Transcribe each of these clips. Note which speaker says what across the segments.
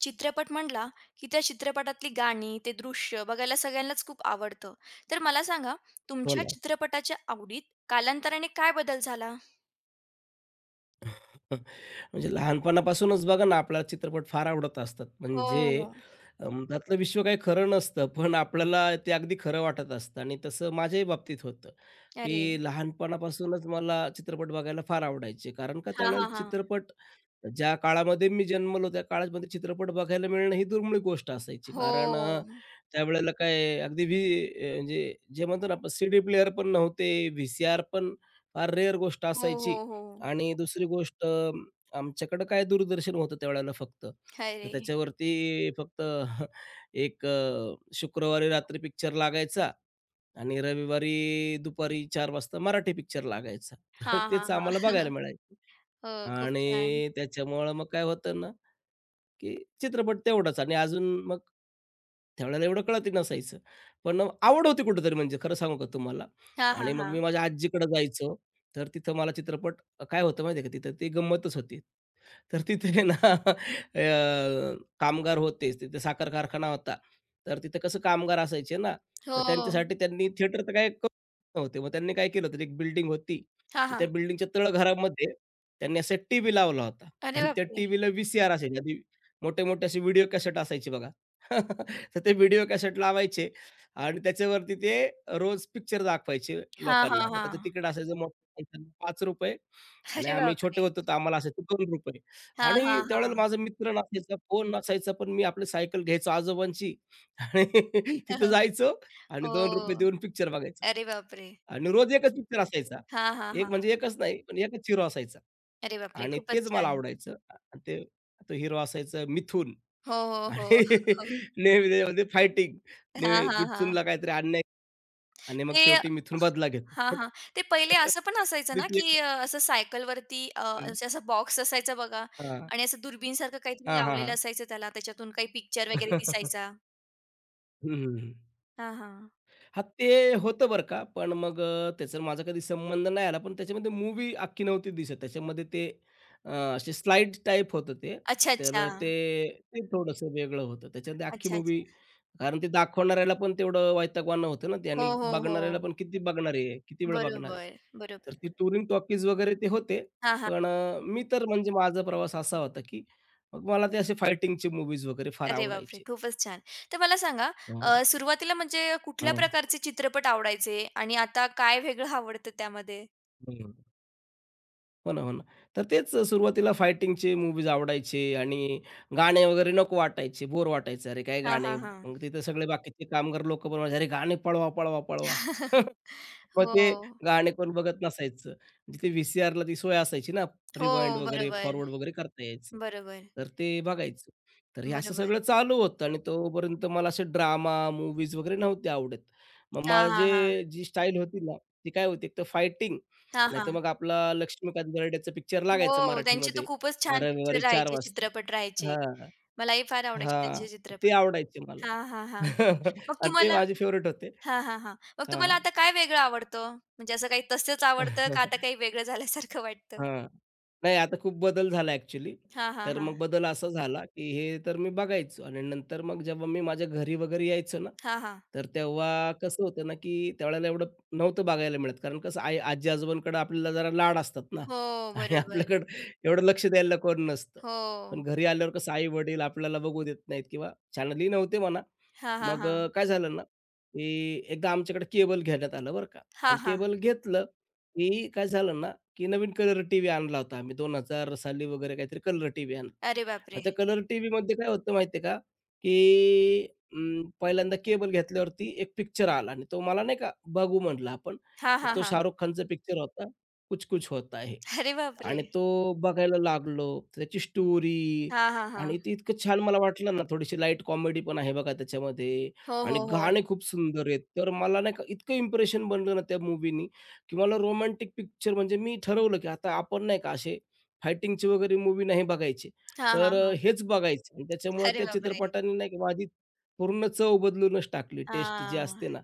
Speaker 1: चित्रपट म्हटला, की त्या चित्रपटातली गाणी, ते दृश्य बघायला सगळ्यांनाच खूप आवडतं. तर मला सांगा,
Speaker 2: हो
Speaker 1: तुमच्या
Speaker 2: ना.
Speaker 1: चित्रपटाच्या आवडीत कालांतराने काय बदल झाला?
Speaker 2: म्हणजे लहानपणापासूनच बघा ना, आपल्याला चित्रपट फार आवडत असतात. म्हणजे
Speaker 1: हो.
Speaker 2: अ, त्यातलं विश्व काही खरं नसतं, पण आपल्याला ते अगदी खरं वाटत असतं आणि तसं माझ्याही बाबतीत होतं,
Speaker 1: अरे!
Speaker 2: की लहानपणापासूनच मला चित्रपट बघायला फार आवडायचे. कारण का
Speaker 1: हां, हां,
Speaker 2: त्यावेळेला
Speaker 1: हां.
Speaker 2: चित्रपट ज्या काळामध्ये मी जन्मलो, त्या काळामध्ये चित्रपट बघायला मिळणं ही दुर्मिळ गोष्ट असायची. कारण
Speaker 1: हो.
Speaker 2: त्यावेळेला काय अगदी व्ही म्हणजे जे म्हणतो ना आपण, सीडी प्लेयर पण नव्हते, व्हीसीआर पण फार रेअर गोष्ट
Speaker 1: हो,
Speaker 2: असायची.
Speaker 1: हो, हो.
Speaker 2: आणि दुसरी गोष्ट आमच्याकडं काय दूरदर्शन होतं त्यावेळेला फक्त. तर
Speaker 1: अरे!
Speaker 2: त्याच्यावरती फक्त एक शुक्रवारी रात्री पिक्चर लागायचा आणि रविवारी दुपारी 4 वाजता मराठी पिक्चर लागायचा. तर
Speaker 1: हां, हां,
Speaker 2: तेच आम्हाला
Speaker 1: हां.
Speaker 2: बघायला मिळायचं.
Speaker 1: हो, खूप छान.
Speaker 2: आणि त्याच्यामुळं मग काय होतं ना, की चित्रपट तेवढाच आणि अजून मग त्यावेळेला एवढं कळतही नसायचं. पण आवड होती कुठेतरी म्हणजे खरं सांगू का तुम्हाला?
Speaker 1: हां, हां,
Speaker 2: आणि मग
Speaker 1: हां.
Speaker 2: मी माझ्या आजीकडे जायचो, तर तिथं मला चित्रपट काय होतं माहिती आहे का, तिथं ती गंमतच होती. तर तिथे ना अ, कामगार होतेच. तिथे साखर कारखाना होता. तर तिथे कसं कामगार असायचे ना,
Speaker 1: हो.
Speaker 2: तर त्यांच्यासाठी त्यांनी थिएटर तर काय करू नव्हते. मग त्यांनी काय केलं होतं, एक बिल्डिंग होती.
Speaker 1: हां,
Speaker 2: त्या
Speaker 1: हां.
Speaker 2: बिल्डिंगच्या तळघरामध्ये त्यांनी असा टीव्ही लावला होता
Speaker 1: अरे
Speaker 2: आणि त्या
Speaker 1: बापरे!
Speaker 2: टीव्हीला व्ही-सी-आर असायची. आधी मोठे-मोठे असे व्हिडिओ कॅसेट असायचे बघा. तर ते व्हिडिओ कॅसेट लावायचे आणि त्याच्यावरती ते रोज पिक्चर दाखवायचे
Speaker 1: हां, हां,
Speaker 2: लोकांना. मग त्याचं
Speaker 1: हां.
Speaker 2: तिकीट असायचं मोठं ₹5 आणि
Speaker 1: अरे
Speaker 2: आम्ही छोटे
Speaker 1: बापरे!
Speaker 2: होतो, तर आम्हाला असायचं ₹2.
Speaker 1: हां, हां,
Speaker 2: आणि त्यावेळेला
Speaker 1: हां.
Speaker 2: माझा मित्र नसायचा, कोण नसायचा, पण मी आपली सायकल घ्यायचो आजोबांची आणि तिथं जायचो आणि
Speaker 1: हो.
Speaker 2: ₹2 देऊन पिक्चर बघायचो.
Speaker 1: अरे बापरे!
Speaker 2: आणि रोज एकच पिक्चर असायचा.
Speaker 1: हां, हां,
Speaker 2: एक
Speaker 1: हां.
Speaker 2: म्हणजे एकच नाही, पण एकच हिरो असायचा
Speaker 1: अरे बापरे!
Speaker 2: आणि
Speaker 1: खूपच
Speaker 2: तेच मला
Speaker 1: छान.
Speaker 2: आवडायचं. आणि ते तो हिरो असायचा मिथून
Speaker 1: हो, हो,
Speaker 2: आणि
Speaker 1: हो.
Speaker 2: नेहमी त्याच्यामध्ये फायटिंग.
Speaker 1: हां,
Speaker 2: नेहमी
Speaker 1: हां, हां.
Speaker 2: मिथूनला काहीतरी अन्याय आणि मग
Speaker 1: ते
Speaker 2: शेवटी मिथून बदला
Speaker 1: हां,
Speaker 2: घेतो.
Speaker 1: हां. ते पहिले असं पण असायचं ना,
Speaker 2: भीती एक
Speaker 1: की असं सायकलवरती म्हणजे असा बॉक्स असायचा बघा
Speaker 2: हां.
Speaker 1: आणि असं दुर्बीणसारखं काहीतरी
Speaker 2: हां, हां,
Speaker 1: लावलेलं
Speaker 2: हां.
Speaker 1: असायचं त्याला. त्याच्यातून काही पिक्चर वगैरे
Speaker 2: हं,
Speaker 1: दिसायचा. हां, हां.
Speaker 2: हां, ते होतं बरं का. पण मग त्याचा माझा कधी संबंध नाही आला. पण त्याच्यामध्ये मूव्ही अख्खी नव्हती दिसत. त्याच्यामध्ये ते अ, असे स्लाईड टाइप होतं ते.
Speaker 1: अच्छा, अच्छा.
Speaker 2: तर ते ते थोडंसं वेगळं होतं. त्याच्यामध्ये अख्खी
Speaker 1: अच्छा, अच्छा.
Speaker 2: मूव्ही कारण ते दाखवणाऱ्याला पण तेवढं वैतागवाणं होतं ना ते
Speaker 1: हो,
Speaker 2: आणि
Speaker 1: हो, हो.
Speaker 2: बघणाऱ्याला पण किती बघणार आहे, किती वेळ बघणार आहे.
Speaker 1: बरोबर, बरोबर.
Speaker 2: तर ते टुरिंग टॉकीज वगैरे ते होते.
Speaker 1: हां, हां.
Speaker 2: पण मी तर म्हणजे माझा प्रवास असा होता, की मग मला ते असे फायटिंगचे मूव्हीज वगैरे फार
Speaker 1: अरे बापरे!
Speaker 2: आवडायचे.
Speaker 1: खूपच छान. तर मला सांगा
Speaker 2: हां,
Speaker 1: सुरुवातीला म्हणजे कुठल्या
Speaker 2: हां,
Speaker 1: प्रकारचे चित्रपट आवडायचे आणि आता काय वेगळं आवडतं त्यामध्ये?
Speaker 2: हं. हो ना, हो ना. तर तेच सुरुवातीला फायटिंगचे मूव्हीज आवडायचे आणि गाणे वगैरे नको वाटायचे, बोर वाटायचं. अरे काय
Speaker 1: हां, हां,
Speaker 2: गाणे?
Speaker 1: हां.
Speaker 2: मग तिथे सगळे बाकीचे कामगार लोकं पण म्हणायचे, "अरे गाणे पळवा, पळवा, पळवा." मग ते
Speaker 1: हो.
Speaker 2: गाणे कोण बघत नसायचं. म्हणजे ते व्ही-सी-आरला ती सोय असायची ना,
Speaker 1: हो.
Speaker 2: रिवाइंड वगैरे,
Speaker 1: बरोबर,
Speaker 2: फॉरवर्ड वगैरे करता यायचं.
Speaker 1: बरोबर.
Speaker 2: तर ते बघायचं. तर हे असं
Speaker 1: बरोबर.
Speaker 2: सगळं चालू होतं आणि तोपर्यंत मला असे ड्रामा, मूवीज वगैरे नव्हते आवडत. मग
Speaker 1: हां, हां,
Speaker 2: माझे
Speaker 1: हां.
Speaker 2: जी स्टाईल होती ना, ती काय होती, एक तर फायटिंग,
Speaker 1: हां,
Speaker 2: नाहीतर
Speaker 1: हां.
Speaker 2: मग आपला लक्ष्मीकांत बेर्डेचा पिक्चर लागायचा
Speaker 1: हो, त्यांचे तर
Speaker 2: मराठीमध्ये
Speaker 1: खूपच छान पिक्चर
Speaker 2: रविवारी 4
Speaker 1: राहायचे,
Speaker 2: वाजता.
Speaker 1: चित्रपट राहायचे.
Speaker 2: हां,
Speaker 1: मलाही फार आवडायचे
Speaker 2: हां.
Speaker 1: त्यांचे चित्रपट.
Speaker 2: ते आवडायचे मला
Speaker 1: हां, हां, हां. मग
Speaker 2: आणि ते
Speaker 1: तुम्हाला
Speaker 2: माझे फेव्हरेट होते.
Speaker 1: हां, हां, हां. मग तुम्हाला
Speaker 2: हां.
Speaker 1: आता काय वेगळं आवडतं? म्हणजे असं काही तसंच आवडतं का आता काही वेगळं झाल्यासारखं वाटतं?
Speaker 2: हां. नाही आता खूप बदल झाला ॲक्चुअली.
Speaker 1: हां, हां,
Speaker 2: तर
Speaker 1: हां.
Speaker 2: मग बदल असा झाला, की हे तर मी बघायचो आणि नंतर मग जेव्हा मी माझ्या घरी वगैरे यायचो ना,
Speaker 1: हां, हां.
Speaker 2: तर तेव्हा कसं होतं ना, की त्यावेळेला एवढं नव्हतं बघायला मिळत. कारण कसं आई आजी-आजोबांकडे आपल्याला जरा लाड असतात ना
Speaker 1: हो,
Speaker 2: आणि
Speaker 1: बरोबर.
Speaker 2: आपल्याकडं एवढं लक्ष द्यायला कोण नसतं.
Speaker 1: हो.
Speaker 2: पण घरी आल्यावर कसं आई-वडील आपल्याला बघू देत नाहीत किंवा चॅनलही नव्हते म्हणा.
Speaker 1: हां, हां,
Speaker 2: मग
Speaker 1: हां.
Speaker 2: काय झालं ना, की एकदा आमच्याकडे केबल घेण्यात आलं बरं का
Speaker 1: हां,
Speaker 2: आणि
Speaker 1: हां.
Speaker 2: केबल घेतलं, की काय झालं ना की नवीन कलर टीव्ही आणला होता आम्ही 2000 साली वगैरे काहीतरी कलर टीव्ही आणला.
Speaker 1: अरे बापरे!
Speaker 2: आता कलर टीव्हीमध्ये काय होतं माहिती का, की पहिल्यांदा केबल घेतल्यावरती एक पिक्चर आला आणि तो मला नाही का बघू म्हटला आपण.
Speaker 1: हां, हां,
Speaker 2: तो
Speaker 1: हां.
Speaker 2: शाहरुख खानचा पिक्चर होता, कुछ कुछ होता है.
Speaker 1: अरे बापरे!
Speaker 2: आणि तो बघायला लागलो. त्याची स्टोरी
Speaker 1: हां, हां,
Speaker 2: आणि
Speaker 1: हां.
Speaker 2: ते इतकं छान मला वाटलं ना, थोडीशी लाईट कॉमेडी पण आहे बघा त्याच्यामध्ये
Speaker 1: हो,
Speaker 2: आणि
Speaker 1: हो, हो.
Speaker 2: गाणे खूप सुंदर आहेत. तर मला नाही का इतकं इम्प्रेशन बनलं ना त्या मूव्हीनी, की मला रोमॅन्टिक पिक्चर म्हणजे मी ठरवलं, की आता आपण नाही का असे फायटिंगची वगैरे मूव्ही नाही बघायची.
Speaker 1: हां, हां,
Speaker 2: तर
Speaker 1: हां.
Speaker 2: हेच बघायचं आणि त्याच्यामुळं
Speaker 1: अरे
Speaker 2: त्या
Speaker 1: बापरे!
Speaker 2: चित्रपटाने नाही का माझी पूर्ण चव बदलूनच टाकली, टेस्ट जी
Speaker 1: हां,
Speaker 2: असते ना.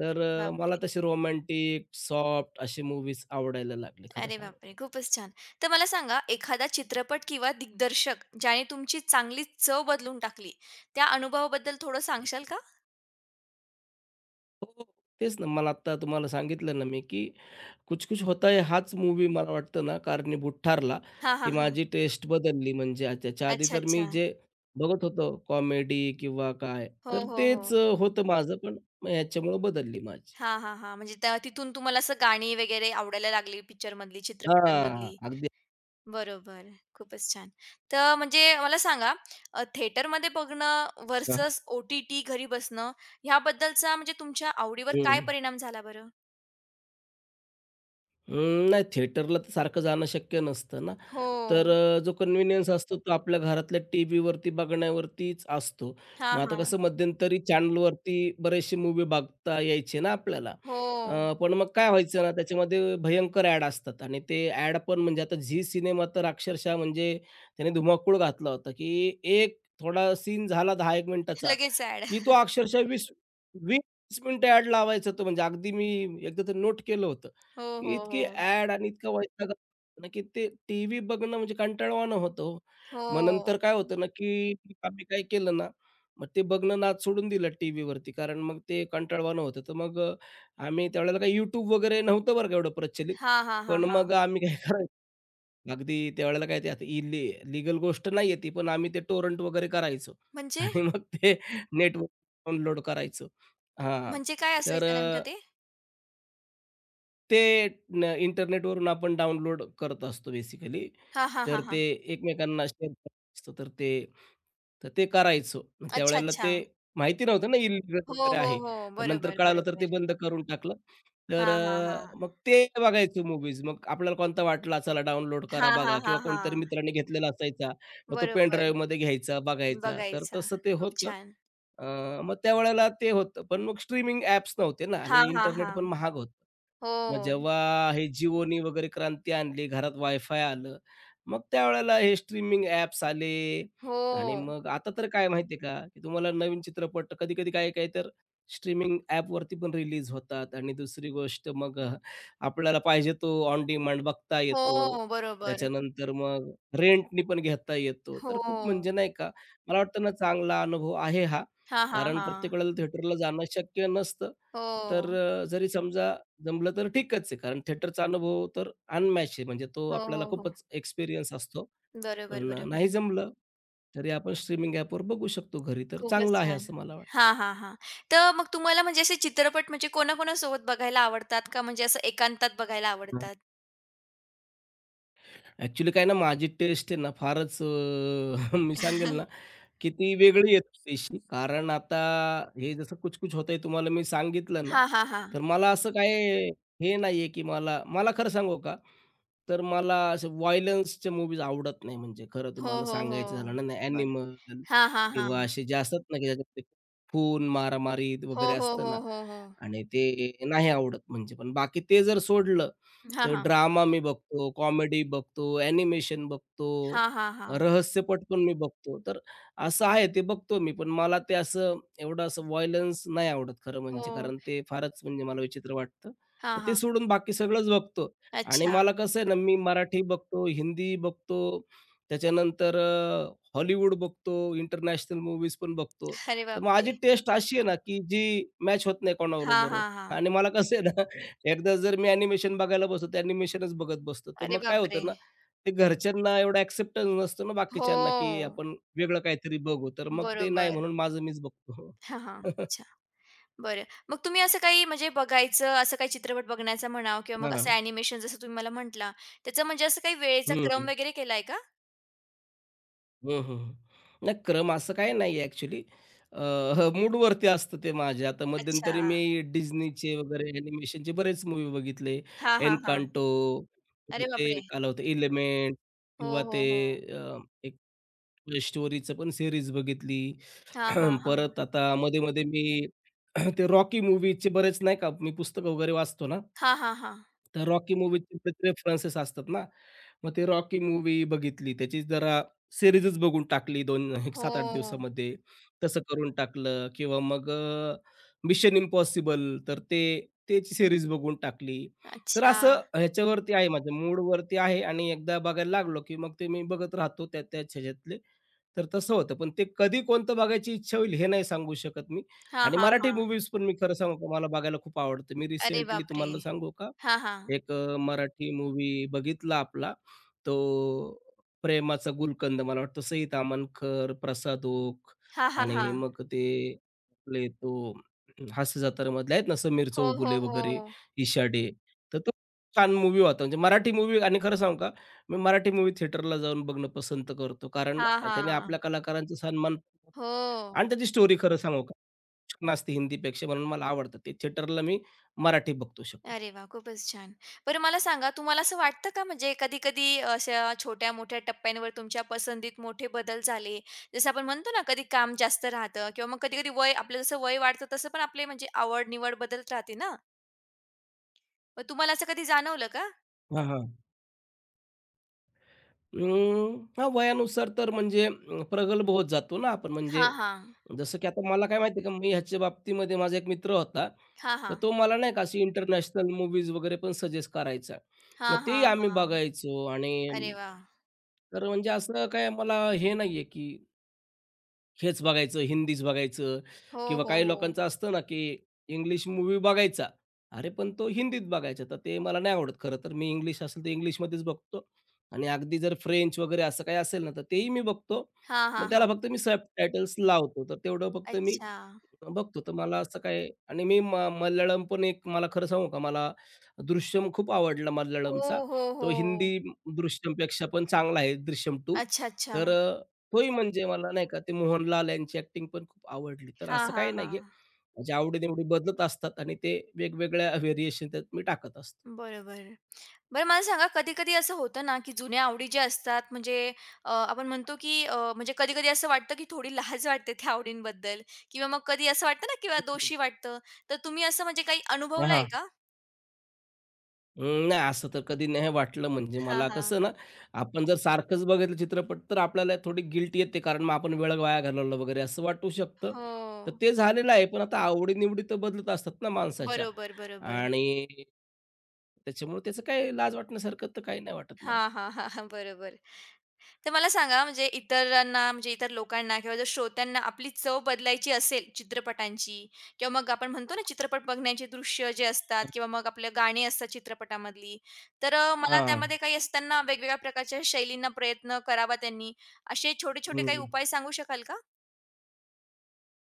Speaker 2: तर
Speaker 1: बापरे!
Speaker 2: मला तसे रोमॅन्टिक, सॉफ्ट असे मूव्हीज आवडायला लागले खरं
Speaker 1: अरे
Speaker 2: सांगू
Speaker 1: बापरे!
Speaker 2: तर.
Speaker 1: खूपच छान. तर मला सांगा एखादा चित्रपट किंवा दिग्दर्शक ज्याने तुमची चांगली चव बदलून टाकली, त्या अनुभवाबद्दल थोडं सांगशाल का?
Speaker 2: हो, हो. तेच ना, मला आत्ता तुम्हाला सांगितलं ना मी, की "कुछ कुछ होता है" हाच मूवी मला वाटतं ना कारणीभूत ठरला,
Speaker 1: हां,
Speaker 2: की
Speaker 1: हां, हां.
Speaker 2: माझी टेस्ट बदलली. म्हणजे त्याच्या आधी
Speaker 1: अच्छा,
Speaker 2: तर
Speaker 1: अच्छा.
Speaker 2: मी जे बघत होतो कॉमेडी किंवा काय,
Speaker 1: हो,
Speaker 2: तर
Speaker 1: हो,
Speaker 2: तेच
Speaker 1: हो.
Speaker 2: होतं माझं, पण मग ह्याच्यामुळं बदलली माझी.
Speaker 1: हां, हां, हां. म्हणजे त्या तिथून तुम्हाला असं गाणी वगैरे आवडायला लागली पिक्चरमधली, चित्रपटांमधली.
Speaker 2: हां, अगदी.
Speaker 1: बरोबर. खूपच छान. तर म्हणजे मला सांगा थिएटरमध्ये बघणं
Speaker 2: हां.
Speaker 1: व्हर्सस ओ-टी-टी घरी बसणं ह्याबद्दलचा म्हणजे तुमच्या आवडीवर काय
Speaker 2: हं.
Speaker 1: परिणाम झाला बरं?
Speaker 2: नाही थिएटरला तर सारखं जाणं शक्य नसतं ना.
Speaker 1: हो.
Speaker 2: तर जो कन्व्हिनियन्स असतो तो आपल्या घरातल्या टीव्हीवरती बघण्यावरतीच असतो.
Speaker 1: हां,
Speaker 2: मग आता
Speaker 1: हां.
Speaker 2: कसं मध्यंतरी चॅनलवरती बरेचसे मूव्ही बघता यायचे ना आपल्याला.
Speaker 1: हो.
Speaker 2: पण मग काय व्हायचं ना त्याच्यामध्ये भयंकर ॲड असतात आणि ते ॲड पण म्हणजे आता झी सिनेमा तर अक्षरशः म्हणजे त्याने धुमाकूळ घातला होता, की एक थोडा सीन झाला 10-1 मिनिटाचा
Speaker 1: लगेच ॲड.
Speaker 2: की तो अक्षरशः 20-20 मिनिटं ॲड लावायचा तो म्हणजे अगदी मी एकदा तर नोट केलं होतं,
Speaker 1: हो,
Speaker 2: की
Speaker 1: हो,
Speaker 2: इतकी
Speaker 1: हो.
Speaker 2: ॲड आणि इतका वैताग ना, की ते टीव्ही बघणं म्हणजे कंटाळवाणं होतं हो. मग नंतर
Speaker 1: हो.
Speaker 2: काय होतं ना, की आम्ही काय केलं ना, मग ते बघणं नाद सोडून दिलं टीव्हीवरती कारण मग ते कंटाळवाणं होतं. तर मग आम्ही त्यावेळेला काही YouTube वगैरे नव्हतं बरं का एवढं प्रचलित.
Speaker 1: हां, हां, हां,
Speaker 2: पण मग
Speaker 1: हां.
Speaker 2: आम्ही काय अगदी त्यावेळेला काय ते आता लीगल गोष्ट नाहीये ती, पण आम्ही ते टोरंट वगैरे करायचो
Speaker 1: म्हणजे?
Speaker 2: आणि मग ते नेटवर डाउनलोड करायचो. हां,
Speaker 1: म्हणजे काय
Speaker 2: तर
Speaker 1: असायचं नेमकं ते?
Speaker 2: ते इंटरनेटवरून आपण डाउनलोड करत असतो बेसिकली.
Speaker 1: हां, हां,
Speaker 2: तर
Speaker 1: हां, हां.
Speaker 2: ते एकमेकांना शेअर करत असतो. तर ते करायचो. मग
Speaker 1: अच्छा,
Speaker 2: त्यावेळेला
Speaker 1: अच्छा.
Speaker 2: ते माहिती नव्हतं ना इल्लीगल
Speaker 1: हो,
Speaker 2: वगैरे
Speaker 1: हो,
Speaker 2: आहे.
Speaker 1: हो.
Speaker 2: पण नंतर
Speaker 1: बरोबर,
Speaker 2: कळालं तर
Speaker 1: बरोबर.
Speaker 2: ते बंद करून टाकलं. तर
Speaker 1: हां, हां, हां.
Speaker 2: मग ते बघायचो मूव्हीज. मग आपल्याला कोणता वाटला चला डाउनलोड करा
Speaker 1: हां,
Speaker 2: बघा
Speaker 1: हां, हां,
Speaker 2: किंवा कोणतरी
Speaker 1: हां.
Speaker 2: मित्राने घेतलेला असायचा. मग तो पेन
Speaker 1: बरोबर.
Speaker 2: ड्राईव्हमध्ये घ्यायचा, बघायचा. तर
Speaker 1: बघायचा.
Speaker 2: तसं ते
Speaker 1: खूप
Speaker 2: होतं.
Speaker 1: छान.
Speaker 2: अ, मग त्यावेळेला ते होतं. पण मग स्ट्रीमिंग ॲप्स नव्हते ना
Speaker 1: हां,
Speaker 2: आणि
Speaker 1: हां,
Speaker 2: इंटरनेट
Speaker 1: हां.
Speaker 2: पण महाग होतं.
Speaker 1: हो.
Speaker 2: मग जेव्हा हे जिओनी वगैरे क्रांती आणली, घरात वायफाय आलं, मग त्यावेळेला हे स्ट्रीमिंग ॲप्स आले आणि
Speaker 1: हो.
Speaker 2: मग आता तर काय माहिती आहे का, की तुम्हाला नवीन चित्रपट कधी-कधी काही-काही तर स्ट्रीमिंग ॲपवरती पण रिलीज होतात आणि दुसरी गोष्ट मग आपल्याला पाहिजे तो ऑन डिमांड बघता येतो.
Speaker 1: हो. बरोबर.
Speaker 2: त्याच्यानंतर मग रेंटनी पण घेता येतो. तर खूप
Speaker 1: हो.
Speaker 2: म्हणजे नाही का, मला वाटतं ना चांगला अनुभव आहे हा.
Speaker 1: हां, हां,
Speaker 2: कारण प्रत्येक
Speaker 1: हां.
Speaker 2: वेळेला थिएटरला जाणं शक्य नसतं. तर
Speaker 1: हो.
Speaker 2: जरी समजा जमलं तर ठीकच आहे. कारण थिएटरचा अनुभव तर अनमॅच आहे. म्हणजे तो
Speaker 1: हो,
Speaker 2: आपल्याला
Speaker 1: हो, हो.
Speaker 2: खूपच एक्सपिरियन्स असतो.
Speaker 1: बरोबर,
Speaker 2: पण नाही
Speaker 1: बरोबर.
Speaker 2: जमलं, तरी आपण स्ट्रीमिंग ॲपवर बघू शकतो घरी. तर
Speaker 1: खूपच
Speaker 2: चांगलं आहे
Speaker 1: छान.
Speaker 2: असं मला वाटतं.
Speaker 1: हां, हां, हां. तर मग तुम्हाला म्हणजे असे चित्रपट म्हणजे कोणाकोणासोबत बघायला आवडतात का म्हणजे असं एकांतात बघायला आवडतात?
Speaker 2: ॲक्चुअली काय ना माझी टेस्ट आहे ना फारच मी सांगेल ना की ती वेगळी येते दिशी. कारण आता हे जसं कुछ-कुछ होतंय तुम्हाला मी सांगितलं ना,
Speaker 1: हां, हां, हां.
Speaker 2: तर मला असं काय हे नाहीये की मला मला खरं सांगू का, तर मला असे व्हायलन्सचे मूव्हीज आवडत नाही. म्हणजे खरं
Speaker 1: हो,
Speaker 2: तुम्हाला
Speaker 1: हो, हो.
Speaker 2: सांगायचं झालं ना, नाही
Speaker 1: बर
Speaker 2: ॲनिमल
Speaker 1: हां, हां,
Speaker 2: किंवा
Speaker 1: हां.
Speaker 2: असे जे असतात ना, की ज्याच्यात ते खून, मारामारी
Speaker 1: हो,
Speaker 2: वगैरे
Speaker 1: हो,
Speaker 2: असतं
Speaker 1: हो,
Speaker 2: ना
Speaker 1: हो, हो.
Speaker 2: आणि ते नाही आवडत म्हणजे. पण बाकी ते जर सोडलं,
Speaker 1: हां,
Speaker 2: तर
Speaker 1: हां.
Speaker 2: ड्रामा मी बघतो, कॉमेडी बघतो, ॲनिमेशन बघतो,
Speaker 1: हां, हां, हां.
Speaker 2: रहस्यपट पण मी बघतो. तर असं आहे ते बघतो मी, पण मला ते असं एवढं असं व्हायलन्स नाही आवडत खरं
Speaker 1: हो.
Speaker 2: म्हणजे. कारण ते फारच म्हणजे मला विचित्र वाटतं.
Speaker 1: हां,
Speaker 2: तर ते
Speaker 1: हां.
Speaker 2: सोडून बाकी सगळंच बघतो आणि
Speaker 1: अच्छा.
Speaker 2: मला कसं आहे ना, मी मराठी बघतो, हिंदी बघतो, त्याच्यानंतर हॉलिवूड बघतो, इंटरनॅशनल मूव्हीज पण बघतो.
Speaker 1: अरे
Speaker 2: तर माझी
Speaker 1: बापरे!
Speaker 2: टेस्ट अशी आहे ना, की जी मॅच होत नाही
Speaker 1: हां,
Speaker 2: कोणाबरोबर
Speaker 1: हां, हां.
Speaker 2: आणि मला कसं आहे ना, एकदा जर मी ॲनिमेशन बघायला बसलो, तर ॲनिमेशनच बघत बसतो. तर
Speaker 1: अरे
Speaker 2: मग काय
Speaker 1: बापरे!
Speaker 2: होतं ना ते घरच्यांना एवढा एक्सेप्टन्स नसतो ना बाकीच्यांना, की
Speaker 1: हो.
Speaker 2: आपण वेगळं काहीतरी बघू. तर मग ते नाही
Speaker 1: बरोबर.
Speaker 2: म्हणून माझं मीच बघतो.
Speaker 1: हां, हां. अच्छा. बरं. मग तुम्ही असं काही म्हणजे बघायचं, असं काही चित्रपट बघण्याचा म्हणा किंवा मग असं
Speaker 2: हां.
Speaker 1: ॲनिमेशन जसं तुम्ही मला म्हटला, त्याचा म्हणजे असं काही वेळेचा
Speaker 2: हं,
Speaker 1: क्रम
Speaker 2: हं.
Speaker 1: वगैरे केलाय का?
Speaker 2: हं, हं. नाही क्रम असं काही नाहीये ॲक्चुअली. अ, मूडवरती असतं ते माझ्या. आता
Speaker 1: अच्छा.
Speaker 2: मध्यंतरी मी Disneyचे वगैरे ॲनिमेशनचे बरेच मूव्ही बघितले.
Speaker 1: हां, हां, हां.
Speaker 2: एन्कांटो
Speaker 1: अरे
Speaker 2: ते
Speaker 1: बापरे!
Speaker 2: एक होतं एलिमेंट
Speaker 1: हो,
Speaker 2: किंवा
Speaker 1: हो,
Speaker 2: ते
Speaker 1: हो.
Speaker 2: अ, एक स्टोरीचं पण सीरीज बघितली.
Speaker 1: हां, हां,
Speaker 2: परत
Speaker 1: हां.
Speaker 2: आता मध्ये-मध्ये मी ते रॉकी मूव्हीचे बरेच नाही का, मी पुस्तकं वगैरे वाचतो ना.
Speaker 1: हां, हां, हां.
Speaker 2: तर रॉकी मूव्हीचे बरेच रेफरन्सेस असतात ना. मग ते रॉकी मूव्ही बघितली, त्याची जरा सिरीजच बघून टाकली 2 एक 7-8
Speaker 1: हो.
Speaker 2: दिवसामध्ये. तसं करून टाकलं किंवा मग मिशन इम्पॉसिबल तर ते त्याची सीरीज बघून टाकली. तर
Speaker 1: अच्छा.
Speaker 2: असं ह्याच्यावरती आहे माझ्या मूडवरती आहे आणि एकदा बघायला लागलो, की मग ते मी बघत राहतो त्या त्याच ह्याच्यातले तर तसं होतं. पण ते कधी कोणतं बघायची इच्छा होईल हे नाही सांगू शकत मी
Speaker 1: हां,
Speaker 2: आणि
Speaker 1: हां,
Speaker 2: मराठी
Speaker 1: हां.
Speaker 2: मूव्हीज पण मी खरं सांगू का मला बघायला खूप आवडतं. मी
Speaker 1: अरे
Speaker 2: रिसेंटली
Speaker 1: बापरे!
Speaker 2: तुम्हाला सांगू का
Speaker 1: हां, हां.
Speaker 2: एक मराठी मूव्ही बघितला आपला तो प्रेमाचा गुलकंद मला वाटतं सईद अमनकर, प्रसाद ओक
Speaker 1: हां, हां,
Speaker 2: आणि
Speaker 1: हां.
Speaker 2: मग ते आपले तो हास्य जत्रेमधले आहेत ना समीर
Speaker 1: हो, हो,
Speaker 2: चौगुले
Speaker 1: हो.
Speaker 2: वगैरे, इशाडे तर तो छान मूव्ही होता. म्हणजे मराठी मूव्ही आणि खरं सांगू का, मी मराठी मूव्ही थिएटरला जाऊन बघणं पसंत करतो. कारण
Speaker 1: हां,
Speaker 2: त्याने आपल्या
Speaker 1: हां.
Speaker 2: कलाकारांचा सन्मान
Speaker 1: हो.
Speaker 2: आणि त्याची स्टोरी खरं सांगू का, छान असते हिंदीपेक्षा म्हणून मला आवडतं. ते थिएटरला मी मराठी बघतो शक्यतो.
Speaker 1: अरे वा, खूपच छान. बरं मला सांगा तुम्हाला असं वाटतं का म्हणजे कधी-कधी अशा छोट्या-मोठ्या टप्प्यांवर तुमच्या पसंतीत मोठे बदल झाले? जसं आपण म्हणतो ना कधी काम जास्त राहतं किंवा मग कधी-कधी वय आपलं जसं वय वाढतं तसं पण आपले म्हणजे आवड-निवड बदलत राहते ना? मग तुम्हाला असं कधी जाणवलं का?
Speaker 2: हां, हां. हां, वयानुसार तर म्हणजे प्रगल्भ होत जातो ना आपण. म्हणजे
Speaker 1: हां, हां.
Speaker 2: जसं की आता मला काय माहिती आहे का, मी ह्याच्या बाबतीमध्ये माझा एक मित्र होता.
Speaker 1: हां,
Speaker 2: तर
Speaker 1: हां.
Speaker 2: तो मला नाही का अशी इंटरनॅशनल मूव्हीज वगैरे पण सजेस्ट करायचा.
Speaker 1: हां,
Speaker 2: मग तेही
Speaker 1: हां,
Speaker 2: आम्ही
Speaker 1: हां.
Speaker 2: बघायचो
Speaker 1: अरे
Speaker 2: आणि
Speaker 1: वाह!
Speaker 2: तर म्हणजे असं काय मला हे नाहीये की हेच बघायचं, हिंदीच बघायचं
Speaker 1: हो,
Speaker 2: किंवा
Speaker 1: हो,
Speaker 2: काही
Speaker 1: हो.
Speaker 2: लोकांचं असतं ना, की इंग्लिश मूव्ही बघायचा. अरे, पण तो हिंदीत बघायचा. तर ते मला नाही आवडत खरं तर. मी इंग्लिश असेल तर इंग्लिशमध्येच बघतो आणि अगदी जर फ्रेंच वगैरे असं काही असेल ना, तर तेही मी बघतो.
Speaker 1: हां,
Speaker 2: पण
Speaker 1: हां,
Speaker 2: त्याला
Speaker 1: हां.
Speaker 2: फक्त मी सबटायटल्स लावतो. तर तेवढं फक्त मी
Speaker 1: अच्छा.
Speaker 2: बघतो. तर मला असं काय आणि मी मल्याळम पण एक मला खरं सांगू का, मला दृश्यम खूप आवडला
Speaker 1: हो,
Speaker 2: मल्याळमचा.
Speaker 1: हो,
Speaker 2: तो
Speaker 1: हो.
Speaker 2: हिंदी दृश्यमपेक्षा पण चांगला आहे दृश्यम 2.
Speaker 1: अच्छा, अच्छा.
Speaker 2: तर तोही म्हणजे मला नाही का ते मोहनलाल यांची ॲक्टिंग पण खूप आवडली. तर
Speaker 1: हां,
Speaker 2: असं
Speaker 1: हां,
Speaker 2: काही
Speaker 1: हां.
Speaker 2: नाहीये. माझ्या आवडी-निवडी बदलत असतात आणि ते वेगवेगळ्या व्हेरिएशन त्यात मी टाकत असतो.
Speaker 1: बरोबर. बरं मला सांगा, कधी-कधी असं होतं ना, की जुन्या आवडी ज्या असतात म्हणजे आपण म्हणतो, की म्हणजे कधी-कधी असं वाटतं, की थोडी लाज वाटते त्या आवडींबद्दल किंवा मग कधी असं वाटतं ना किंवा दोषी वाटतं. तर तुम्ही असं म्हणजे काही
Speaker 2: हां,
Speaker 1: अनुभवलंय
Speaker 2: हां.
Speaker 1: का?
Speaker 2: नाही असं तर कधी नाही वाटलं म्हणजे
Speaker 1: हां,
Speaker 2: मला
Speaker 1: हां.
Speaker 2: कसं ना, आपण जर सारखंच बघितलं चित्रपट तर आपल्याला थोडी गिल्ट येते कारण मग आपण वेळ वाया घालवला वगैरे असं वाटू शकतं.
Speaker 1: हो.
Speaker 2: तर ते झालेलं आहे. पण आता आवडी तर बदलत असतात ना माणसाच्या
Speaker 1: बरोबर, बरोबर.
Speaker 2: आणि त्याच्यामुळे त्याचं काही लाज वाटण्यासारखं तर काही नाही वाटत मला.
Speaker 1: हां, हां, हां, हां. बरोबर. तर मला सांगा म्हणजे इतरांना म्हणजे इतर लोकांना किंवा जर श्रोत्यांना आपली चव बदलायची असेल चित्रपटांची किंवा मग आपण म्हणतो ना चित्रपट बघण्याचे दृश्य जे असतात
Speaker 2: अ
Speaker 1: किंवा मग आपले गाणी असतात चित्रपटामधली तर मला
Speaker 2: हां.
Speaker 1: त्यामध्ये काही असताना वेगवेगळ्या प्रकारच्या शैलींना प्रयत्न करावा त्यांनी असे छोटे छोटे काही उपाय सांगू शकाल का?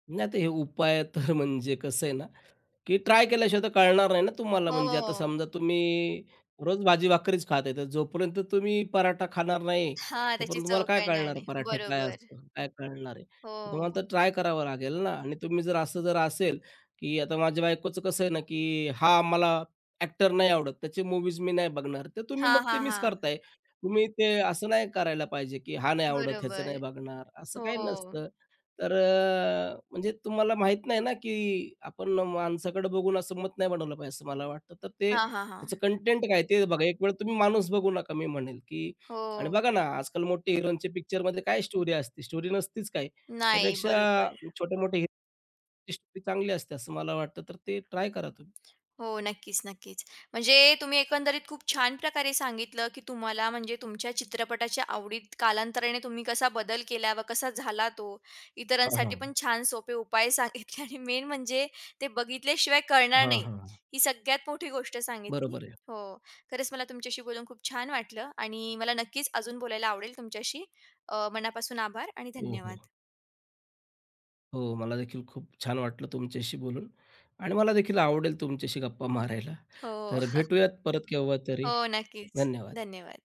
Speaker 2: नाही आता हे उपाय तर म्हणजे कसं आहे ना, की ट्राय केल्याशिवाय तर कळणार नाही ना तुम्हाला. म्हणजे आता
Speaker 1: हो.
Speaker 2: समजा तुम्ही रोज भाजी-भाकरीच खात आहे, तर जोपर्यंत तुम्ही पराठा खाणार नाही,
Speaker 1: हां, त्याची
Speaker 2: तोपर्यंत
Speaker 1: चव
Speaker 2: तुम्हाला काय
Speaker 1: कळणार
Speaker 2: कळणार
Speaker 1: नाही.
Speaker 2: पराठे काय
Speaker 1: बरोबर.
Speaker 2: असतं, काय कळणार आहे. तर तुम्हाला
Speaker 1: हो.
Speaker 2: तर ट्राय करावं लागेल ना आणि तुम्ही जर असं जर असेल, की आता माझ्या बायकोचं कसं आहे ना, की हा मला ॲक्टर नाही आवडत, त्याची मूव्हीज मी नाही बघणार. तर तुम्ही
Speaker 1: हां,
Speaker 2: मग ते
Speaker 1: हां,
Speaker 2: मिस
Speaker 1: हां.
Speaker 2: करताय. तुम्ही ते असं नाही करायला पाहिजे, की हा नाही आवडत, ह्याचं
Speaker 1: बरोबर.
Speaker 2: नाही बघणार, असं
Speaker 1: हो.
Speaker 2: काही नसतं. तर म्हणजे तुम्हाला माहीत नाही ना, की आपण माणसाकडे बघून असं मत नाही बनवलं पाहिजे असं मला वाटतं. तर ते
Speaker 1: हां, हां, हां.
Speaker 2: त्याचं कंटेंट काय ते बघा. एक वेळ तुम्ही माणूस बघू नका मी म्हणेल, की आणि
Speaker 1: हो.
Speaker 2: बघा ना, आजकाल मोठे हिरोंचे पिक्चरमध्ये काय स्टोरी असते? स्टोरी नसतीच काय.
Speaker 1: नाही,
Speaker 2: त्यापेक्षा
Speaker 1: बरोबर.
Speaker 2: छोटे-मोठे हिरोची स्टोरी चांगली असते असं मला वाटतं. तर ते ट्राय करा तुम्ही.
Speaker 1: हो, नक्कीच, नक्कीच. म्हणजे तुम्ही एकंदरीत खूप छान प्रकारे सांगितलं, की तुम्हाला म्हणजे तुमच्या चित्रपटाच्या आवडीत कालांतराने तुम्ही कसा बदल केला व कसा झाला तो.
Speaker 2: हां,
Speaker 1: इतरांसाठी
Speaker 2: हां.
Speaker 1: पण छान सोपे उपाय सांगितले आणि मेन म्हणजे ते बघितल्याशिवाय कळणार
Speaker 2: हां,
Speaker 1: नाही,
Speaker 2: हां.
Speaker 1: ही सगळ्यात मोठी गोष्ट सांगितली.
Speaker 2: बरोबर आहे.
Speaker 1: हो, खरंच मला तुमच्याशी बोलून खूप छान वाटलं आणि मला नक्कीच अजून बोलायला आवडेल तुमच्याशी. मनापासून आभार आणि
Speaker 2: हो,
Speaker 1: धन्यवाद.
Speaker 2: हो. हो, मला देखील खूप छान वाटलं तुमच्याशी बोलून आणि मला देखील आवडेल तुमच्याशी गप्पा मारायला.
Speaker 1: हो,
Speaker 2: तर भेटूयात परत केव्हा तरी.
Speaker 1: हो, नक्कीच.
Speaker 2: धन्यवाद.
Speaker 1: धन्यवाद.